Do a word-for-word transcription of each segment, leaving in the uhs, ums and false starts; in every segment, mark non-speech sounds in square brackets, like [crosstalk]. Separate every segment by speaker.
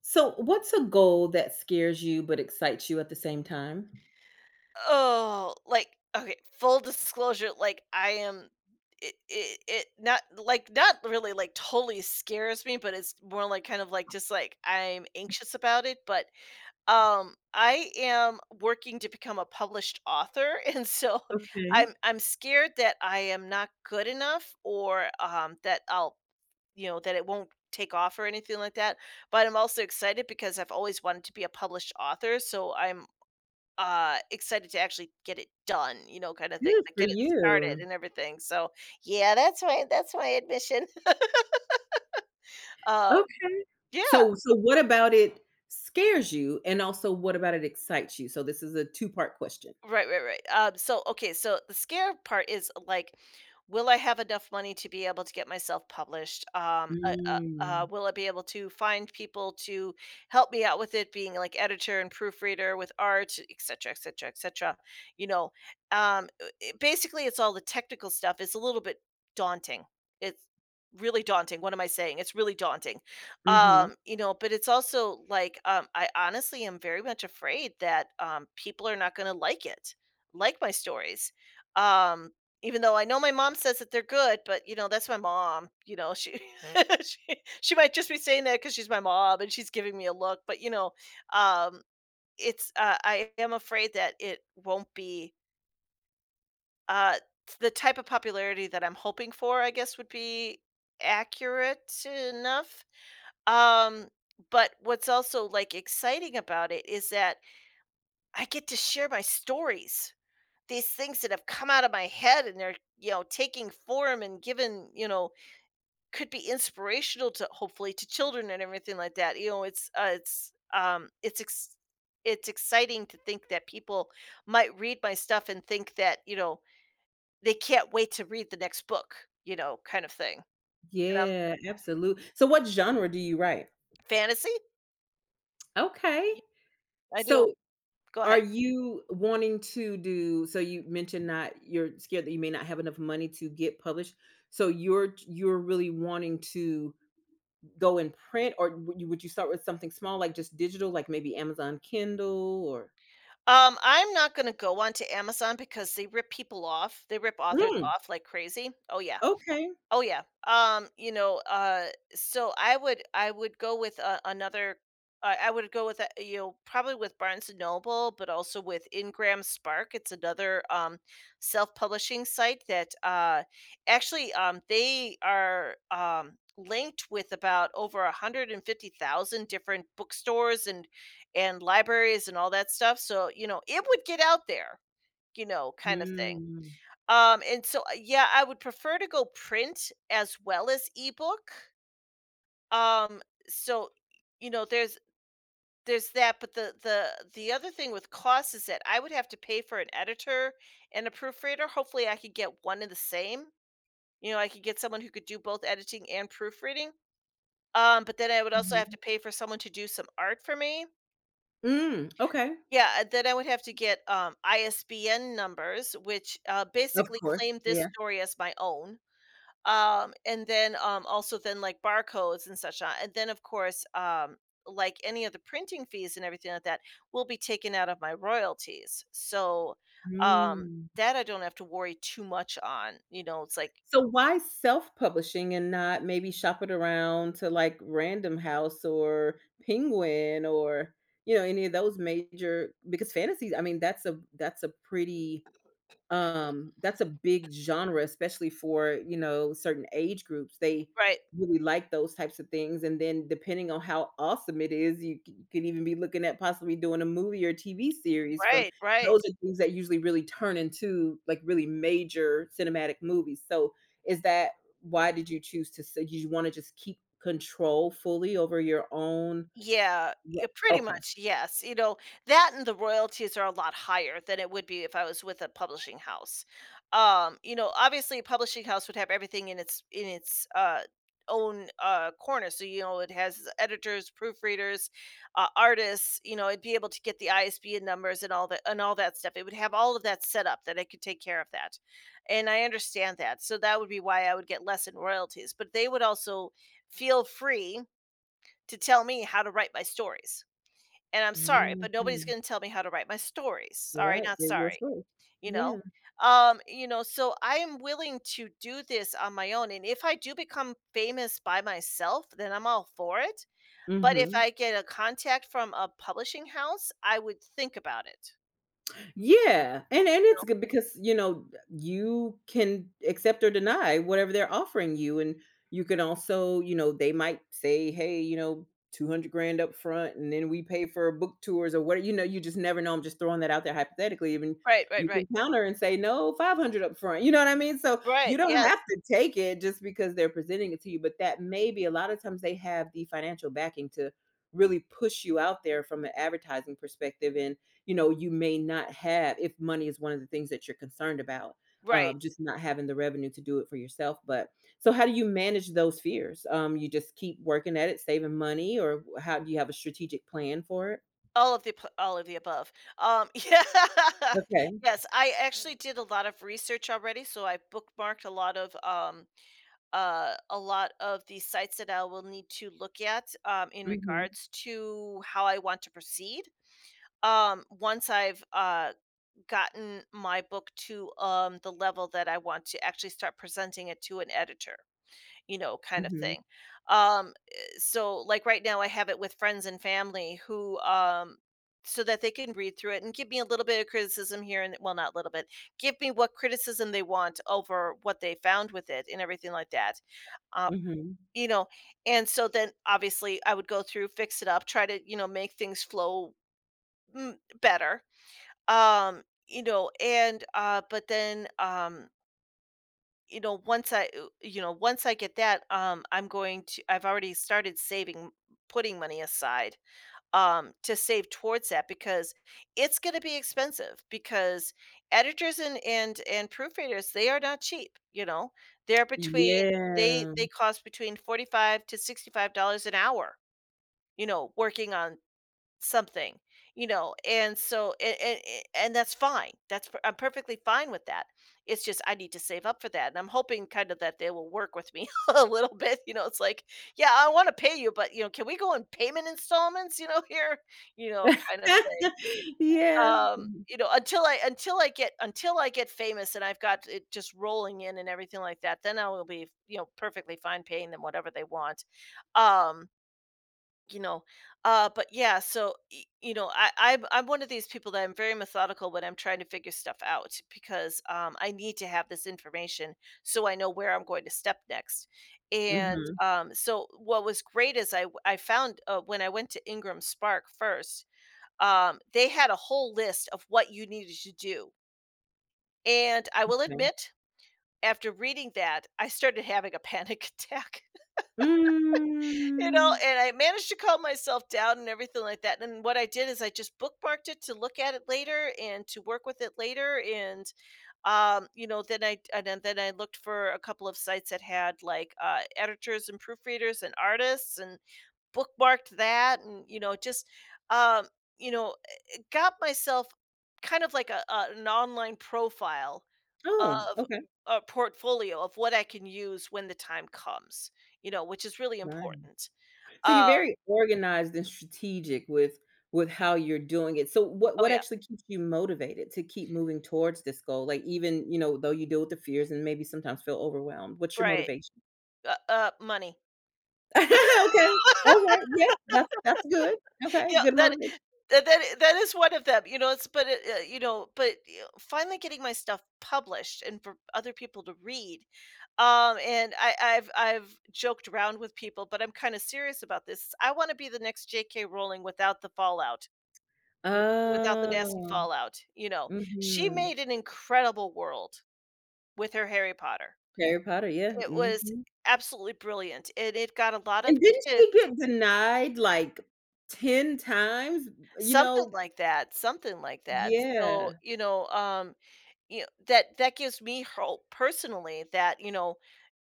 Speaker 1: So, what's a goal that scares you but excites you at the same time?
Speaker 2: Oh, like, okay, full disclosure, like, I am it it it not like, not really, like, totally scares me, but it's more like, kind of like, just like, I'm anxious about it, but, um, I am working to become a published author, [laughs] and so
Speaker 1: Okay,
Speaker 2: I'm I'm scared that I am not good enough or, um, that I'll you know, that it won't take off or anything like that, but I'm also excited because I've always wanted to be a published author, so I'm uh, excited to actually get it done, you know, kind of thing,
Speaker 1: good
Speaker 2: like,
Speaker 1: for
Speaker 2: get it started
Speaker 1: you.
Speaker 2: and everything, so, yeah, that's my that's my admission. [laughs] Uh,
Speaker 1: Okay.
Speaker 2: yeah.
Speaker 1: So so what about it scares you and also what about it excites you? So this is a two-part question.
Speaker 2: Right, right, right. Um, so okay, so the scare part is like, will I have enough money to be able to get myself published? Um, uh, uh, uh,
Speaker 1: Mm.
Speaker 2: will I be able to find people to help me out with it, being like editor and proofreader with art, et cetera, et cetera, et cetera? You know, um, uh, it- basically, it's all the technical stuff. It's a little bit daunting. It's really daunting. What am I saying? It's really daunting.
Speaker 1: Mhm.
Speaker 2: Um, you know, but it's also like, um, I honestly am very much afraid that, um, people are not gonna like it, like my stories. Um, Even though I know my mom says that they're good, but, you know, that's my mom, you know, she [laughs] she she might just be saying that because she's my mom and she's giving me a look, but, you know, um, it's, uh, I am afraid that it won't be, uh, the type of popularity that I'm hoping for, I guess, would be accurate enough. Um, but what's also, like, exciting about it is that I get to share my stories. These things that have come out of my head and they're, you know, taking form and given, you know, could be inspirational to hopefully to children and everything like that. You know, it's, uh, it's, um, it's ex it's exciting to think that people might read my stuff and think that, you know, they can't wait to read the next book, you know, kind of thing. And I'm
Speaker 1: Yeah, absolutely. So what genre do you write?
Speaker 2: fantasy?
Speaker 1: Okay.
Speaker 2: Y I am fantasy I do.
Speaker 1: So
Speaker 2: Go
Speaker 1: are
Speaker 2: ahead.
Speaker 1: you wanting to do so you mentioned not you're scared that you may not have enough money to get published. So you're you're really wanting to go in print, or would you would you start with something small, like just digital, like maybe Amazon Kindle or
Speaker 2: Um, I'm not gonna go onto Amazon because they rip people off. They rip authors
Speaker 1: Mm,
Speaker 2: off like crazy. Oh, yeah.
Speaker 1: okay.
Speaker 2: Oh yeah. Um, you know, uh so I would I would go with uh, another, uh, I would go with uh, you know, probably with Barnes and Noble, but also with Ingram Spark. It's another, um, self-publishing site that uh, actually, um, they are, um, linked with about over one hundred fifty thousand different bookstores and and libraries and all that stuff. So you know it would get out there, you know, kind of thing.
Speaker 1: Mm,
Speaker 2: Um, and so, uh, yeah, I would prefer to go print as well as ebook. Um, so, you know, there's there's that, but the the the other thing with cost is that I would have to pay for an editor and a proofreader. Hopefully, I could get one and the same. You know, I could get someone who could do both editing and proofreading. Um, but then I would also have
Speaker 1: mhm.
Speaker 2: to pay for someone to do some art for me.
Speaker 1: Mm, okay.
Speaker 2: Yeah, and then I would have to get, um, I S B N numbers, which uh,
Speaker 1: Of
Speaker 2: basically
Speaker 1: course,
Speaker 2: claim this
Speaker 1: yeah.
Speaker 2: story as my own, um and then, um also then like barcodes and such on, and then of course, um like any of the printing fees and everything like that will be taken out of my royalties, so um
Speaker 1: Mm.
Speaker 2: that I don't have to worry too much on, you know, it's like
Speaker 1: So why self-publishing and not maybe shop it around to, like, Random House or Penguin or, you know, any of those major because fantasy I mean, that's a that's a pretty um, that's a big genre, especially for, you know, certain age groups. They
Speaker 2: right
Speaker 1: really like those types of things, and then depending on how awesome it is, you c you could even be looking at possibly doing a movie or T V series from
Speaker 2: right right.
Speaker 1: those are things that usually really turn into, like, really major cinematic movies. So, is that why did you choose to say you wanna just keep control fully over your own
Speaker 2: Yeah,
Speaker 1: right.
Speaker 2: yeah, pretty
Speaker 1: Okay.
Speaker 2: much, yes. You know, that and the royalties are a lot higher than it would be if I was with a publishing house. Um, you know, obviously a publishing house would have everything in its in its uh own uh corner. So, you know, it has editors, proofreaders, uh, artists, you know, it'd be able to get the I S B N numbers and all that and all that stuff. It would have all of that set up that I could take care of that. And I understand that. So that would be why I would get less in royalties, but they would also feel free to tell me how to write my stories. And I'm sorry, but nobody's
Speaker 1: Mhm.
Speaker 2: gonna tell me how to write my stories. Sorry,
Speaker 1: Right,
Speaker 2: not
Speaker 1: they're your
Speaker 2: sorry,
Speaker 1: choice.
Speaker 2: you know?
Speaker 1: Yeah.
Speaker 2: Um, you know, so I am willing to do this on my own, and if I do become famous by myself, then I'm all for it. But if
Speaker 1: Mhm.
Speaker 2: I get a contact from a publishing house, I would think about it.
Speaker 1: Yeah, and and
Speaker 2: You know?
Speaker 1: it's good because, you know, you can accept or deny whatever they're offering you, and you can also, you know, they might say, "Hey, you know, two hundred grand up front, and then we pay for book tours," or what you know, you just never know, I'm just throwing that out there hypothetically, even
Speaker 2: Right, right,
Speaker 1: you can
Speaker 2: right.
Speaker 1: counter and say, "No, five hundred up front," you know what I mean? So, you
Speaker 2: Right,
Speaker 1: don't
Speaker 2: yes.
Speaker 1: have to take it just because they're presenting it to you, but that may be a lot of times they have the financial backing to really push you out there from an advertising perspective, and you know, you may not have if money is one of the things that you're concerned about, um,
Speaker 2: Right.
Speaker 1: just not having the revenue to do it for yourself. But so how do you manage those fears? Um, you just keep working at it, saving money, or how do you have a strategic plan for it?
Speaker 2: All of the p all of the above. Um, [laughs] yeah.
Speaker 1: Okay.
Speaker 2: Yes, I actually did a lot of research already, so I bookmarked a lot of, um, uh, a lot of the sites that I will need to look at, um, in
Speaker 1: Mhm.
Speaker 2: regards to how I want to proceed. Um, once I've, uh, gotten my book to, um, the level that I want to actually start presenting it to an editor, you know, kind of
Speaker 1: Mhm.
Speaker 2: thing. Um, eh, so like right now I have it with friends and family who um so that they can read through it and give me a little bit of criticism here, and well not a little bit, give me what criticism they want over what they found with it and everything like that, uh,
Speaker 1: Mhm.
Speaker 2: you know, and so then obviously I would go through, fix it up, try to you know make things flow, mm, better, um you know, and uh but then, um you know, once I, uh, you know, once I get that, um, I'm going to, I've already started saving, putting money aside, um, to save towards that because it's going to be expensive because editors and, and, and proofreaders, they are not cheap, you know, they're between, they,
Speaker 1: Yeah.
Speaker 2: they cost between forty-five to sixty-five dollars an hour, you know, working on something, you know, and so and and, and that's fine. That's per- I'm perfectly fine with that. It's just I need to save up for that, and I'm hoping kind of that they will work with me [laughs] a little bit. You know, it's like, yeah, I want to pay you, but you know, can we go in payment installments? You know, here, you know, kind of thing.
Speaker 1: [laughs] Yeah.
Speaker 2: Um, you know, until I until I get until I get famous and I've got it just rolling in and everything like that, then I will be you know perfectly fine paying them whatever they want. Um, you know, uh, but yeah, so y- you know, I, I'm I'm one of these people that I'm very methodical when I'm trying to figure stuff out because um, I need to have this information so I know where I'm going to step next. And
Speaker 1: Mhm.
Speaker 2: um, so, what was great is I w- I found uh, when I went to Ingram Spark first, um, they had a whole list of what you needed to do. And I will
Speaker 1: Okay.
Speaker 2: admit, after reading that, I started [laughs] having a panic [laughs] attack. You know,
Speaker 1: Mm.
Speaker 2: and I managed to calm myself down and everything like that, and what I did is I just bookmarked it to look at it later and to work with it later, and, um, you know, then I and then then I looked for a couple of sites that had, like, uh, editors and proofreaders and artists and bookmarked that and, you know, just, um, you know, got myself kind of like a a an online profile
Speaker 1: Oh,
Speaker 2: of
Speaker 1: okay.
Speaker 2: a portfolio of what I can use when the time comes, you know, which is really important.
Speaker 1: So you're
Speaker 2: Um
Speaker 1: very organized and strategic with with how you're doing it. So what
Speaker 2: Oh,
Speaker 1: what
Speaker 2: yeah.
Speaker 1: actually keeps you motivated to keep moving towards this goal? Like even, you know, though you deal with the fears and maybe sometimes feel overwhelmed, what's your
Speaker 2: Right.
Speaker 1: motivation?
Speaker 2: Uh, uh, money.
Speaker 1: [laughs] Okay. All right. Yeah, that's that's good. Okay,
Speaker 2: Yeah,
Speaker 1: good
Speaker 2: that
Speaker 1: motivation.
Speaker 2: that that that is one of them, you know, it's but, it, uh, you know, but, you know, finally getting my stuff published and for other people to read, um, and I I've I've joked around with people, but I'm kinda serious about this. Is I wanna be the next J K. Rowling without the fallout, w without the nasty
Speaker 1: Oh,
Speaker 2: fallout, you know. She
Speaker 1: mhm.
Speaker 2: made an incredible world with her Harry Potter.
Speaker 1: Harry Potter, yeah,
Speaker 2: It was
Speaker 1: mhm.
Speaker 2: absolutely brilliant, and it got a lot of
Speaker 1: And didn't
Speaker 2: kids.
Speaker 1: she get denied like ten times? You
Speaker 2: Something
Speaker 1: know?
Speaker 2: like that, something like that. So,
Speaker 1: Yeah.
Speaker 2: you know, um, you know, that that gives me hope personally that, you know,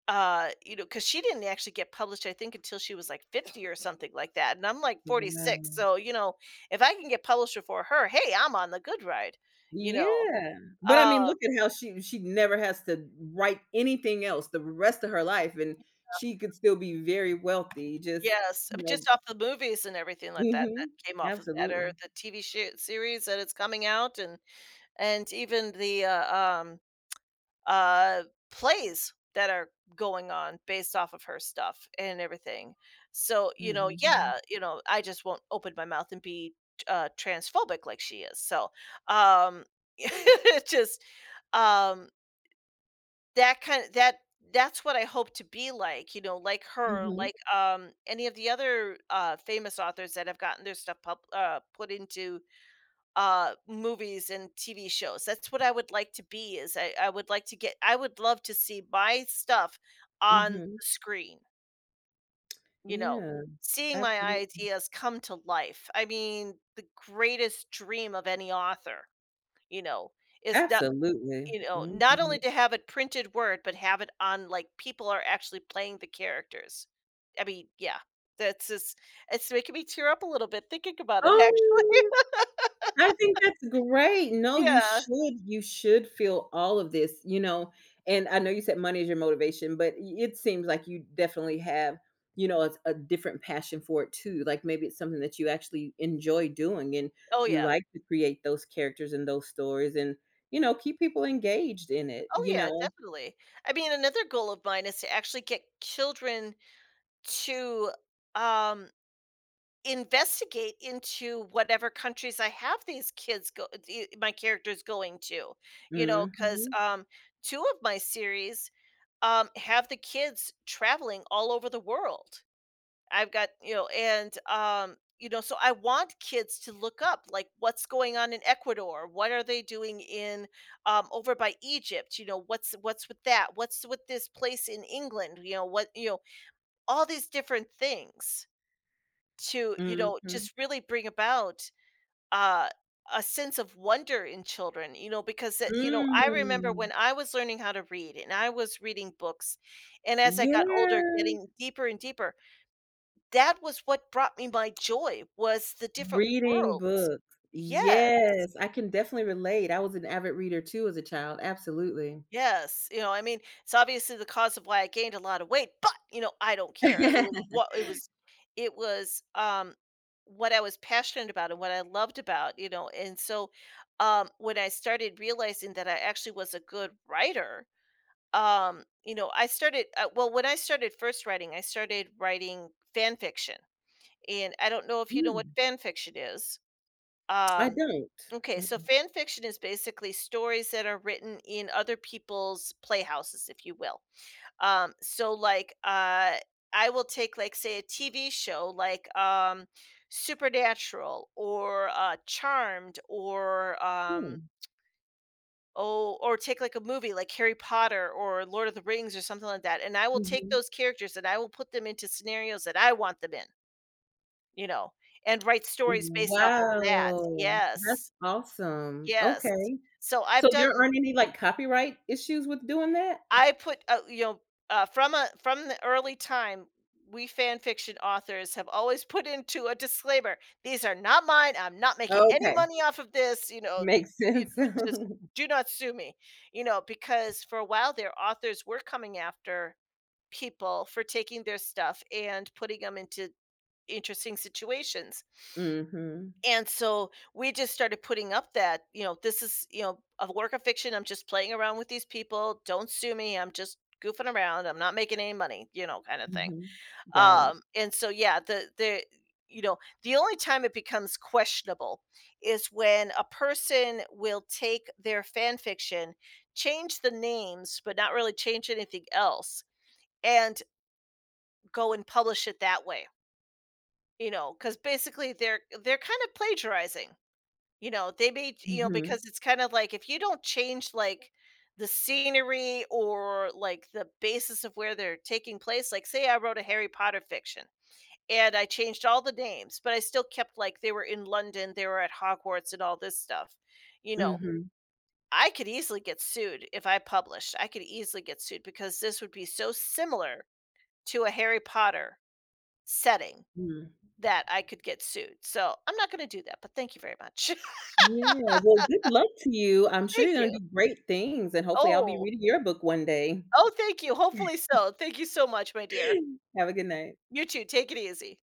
Speaker 2: uh, you know, because she didn't actually get published, I think, until she was, like, fifty or something like that, and I'm, like, forty-six,
Speaker 1: Wow.
Speaker 2: so, you know, if I can get published before her, hey, I'm on the good ride, you know?
Speaker 1: Yeah, but I mean,
Speaker 2: Um
Speaker 1: look at how she she never has to write anything else the rest of her life, and she could still be very wealthy, just,
Speaker 2: Yes, I
Speaker 1: you
Speaker 2: mean,
Speaker 1: know.
Speaker 2: just off the movies and everything like that that
Speaker 1: Mhm,
Speaker 2: came off of that or
Speaker 1: absolutely.
Speaker 2: the T V sh series that it's coming out, and and even the, uh, um uh plays that are going on based off of her stuff and everything. So, you know,
Speaker 1: Mhm,
Speaker 2: yeah, you know, I just won't open my mouth and be uh transphobic like she is. So, um [laughs] it's just um that kind of that that's what I hope to be like, you know, like her,
Speaker 1: mhm,
Speaker 2: like um any of the other uh famous authors that have gotten their stuff pub- uh put into uh movies and T V shows. That's what I would like to be, is i i would like to get I would love to see my stuff on the
Speaker 1: mhm.
Speaker 2: screen, you know
Speaker 1: Yeah,
Speaker 2: seeing my
Speaker 1: absolutely,
Speaker 2: ideas come to life. I mean, the greatest dream of any author, you know is not,
Speaker 1: absolutely,
Speaker 2: you know
Speaker 1: mhm.
Speaker 2: not only to have it printed word, but have it on like people are actually playing the characters. I mean, yeah, that's just, it's making me tear up a little bit thinking about it actually.
Speaker 1: Oh!
Speaker 2: [laughs]
Speaker 1: I think that's great. No, you
Speaker 2: Yeah.
Speaker 1: should you should feel all of this, you know, and I know you said money is your motivation, but y- it seems like you definitely have, you know, a, a different passion for it too. Like maybe it's something that you actually enjoy doing and
Speaker 2: Oh,
Speaker 1: you
Speaker 2: yeah.
Speaker 1: like to create those characters and those stories and, you know, keep people engaged in it,
Speaker 2: Oh,
Speaker 1: you
Speaker 2: yeah,
Speaker 1: know.
Speaker 2: definitely. I mean, another goal of mine is to actually get children to, um, investigate into whatever countries I have these kids go the my characters going to, you know, 'cause,
Speaker 1: Mhm.
Speaker 2: um, two of my series, um, have the kids traveling all over the world. I've got, you know, and, um, you know, so I want kids to look up like what's going on in Ecuador, what are they doing in, um over by Egypt, you know, what's what's with that, what's with this place in England, you know, what, you know, all these different things to, you know,
Speaker 1: Mhm.
Speaker 2: just really bring about uh a sense of wonder in children, you know, because it, you know, I remember
Speaker 1: Mm.
Speaker 2: when I was learning how to read and I was reading books, and as I got older,
Speaker 1: Yeah.
Speaker 2: getting deeper and deeper, that was what brought me my joy, was the different
Speaker 1: Reading
Speaker 2: worlds.
Speaker 1: books.
Speaker 2: Yes,
Speaker 1: Yes, I can definitely relate. I was an avid reader too as a child, absolutely.
Speaker 2: yes, you know, I mean, it's obviously the cause of why I gained a lot of weight, but, you know, I don't care. It was
Speaker 1: [laughs]
Speaker 2: what it was. It was, um, what I was passionate about and what I loved about, you know, and so, um, when I started realizing that I actually was a good writer, um, you know, I started uh, well, when I started first writing, I started writing fan fiction, and I don't know if you know what
Speaker 1: Mm,
Speaker 2: fan fiction is.
Speaker 1: I
Speaker 2: Um
Speaker 1: don't.
Speaker 2: Okay, so
Speaker 1: Mm-mm.
Speaker 2: fan fiction is basically stories that are written in other people's playhouses, if you will. Um, so like uh I will take, like, say a T V show like um Supernatural or uh Charmed or um
Speaker 1: Hmm,
Speaker 2: oh, or take like a movie like Harry Potter or Lord of the Rings or something like that. And I will take
Speaker 1: mhm.
Speaker 2: those characters and I will put them into scenarios that I want them in, you know, and write stories based off of that.
Speaker 1: Wow, that's
Speaker 2: Yes.
Speaker 1: awesome.
Speaker 2: Yes.
Speaker 1: Okay.
Speaker 2: So
Speaker 1: So
Speaker 2: I've done
Speaker 1: there aren't any, like, copyright issues with doing that?
Speaker 2: I put, uh, you know, uh, from a from the early time, we fan fiction authors have always put into a disclaimer: "These are not mine. I'm not making any
Speaker 1: Okay,
Speaker 2: money off of this." You know,
Speaker 1: makes
Speaker 2: you
Speaker 1: sense.
Speaker 2: know, just
Speaker 1: [laughs]
Speaker 2: do not sue me. You know, because for a while their authors were coming after people for taking their stuff and putting them into interesting situations.
Speaker 1: Mhm,
Speaker 2: And so we just started putting up that, you know, this is, you know, a work of fiction. I'm just playing around with these people. Don't sue me. I'm just goofing around. I'm not making any money, you know, kind of thing.
Speaker 1: mhm. Got it.
Speaker 2: Um, and so, yeah, the the you know, the only time it becomes questionable is when a person will take their fan fiction, change the names, but not really change anything else, and go and publish it that way. You know, because basically they're they're kind of plagiarizing, you know, they may, you know,
Speaker 1: Mhm,
Speaker 2: because it's kind of like if you don't change like the scenery or like the basis of where they're taking place. Like say I wrote a Harry Potter fiction and I changed all the names, but I still kept like they were in London, they were at Hogwarts, and all this stuff. You know,
Speaker 1: mhm,
Speaker 2: I could easily get sued if I published. I could easily get sued because this would be so similar to a Harry Potter setting
Speaker 1: mhm.
Speaker 2: that I could get sued. So I'm not going to do that, but thank you very much.
Speaker 1: Yeah, well, good luck to you. I'm
Speaker 2: [laughs]
Speaker 1: sure you're
Speaker 2: Thank
Speaker 1: gonna
Speaker 2: you.
Speaker 1: do great things, and hopefully I'll be
Speaker 2: Oh,
Speaker 1: reading your book one day.
Speaker 2: oh, thank you. Hopefully so. Thank you so much, my dear.
Speaker 1: [laughs] Have a good night.
Speaker 2: You too. Take it easy.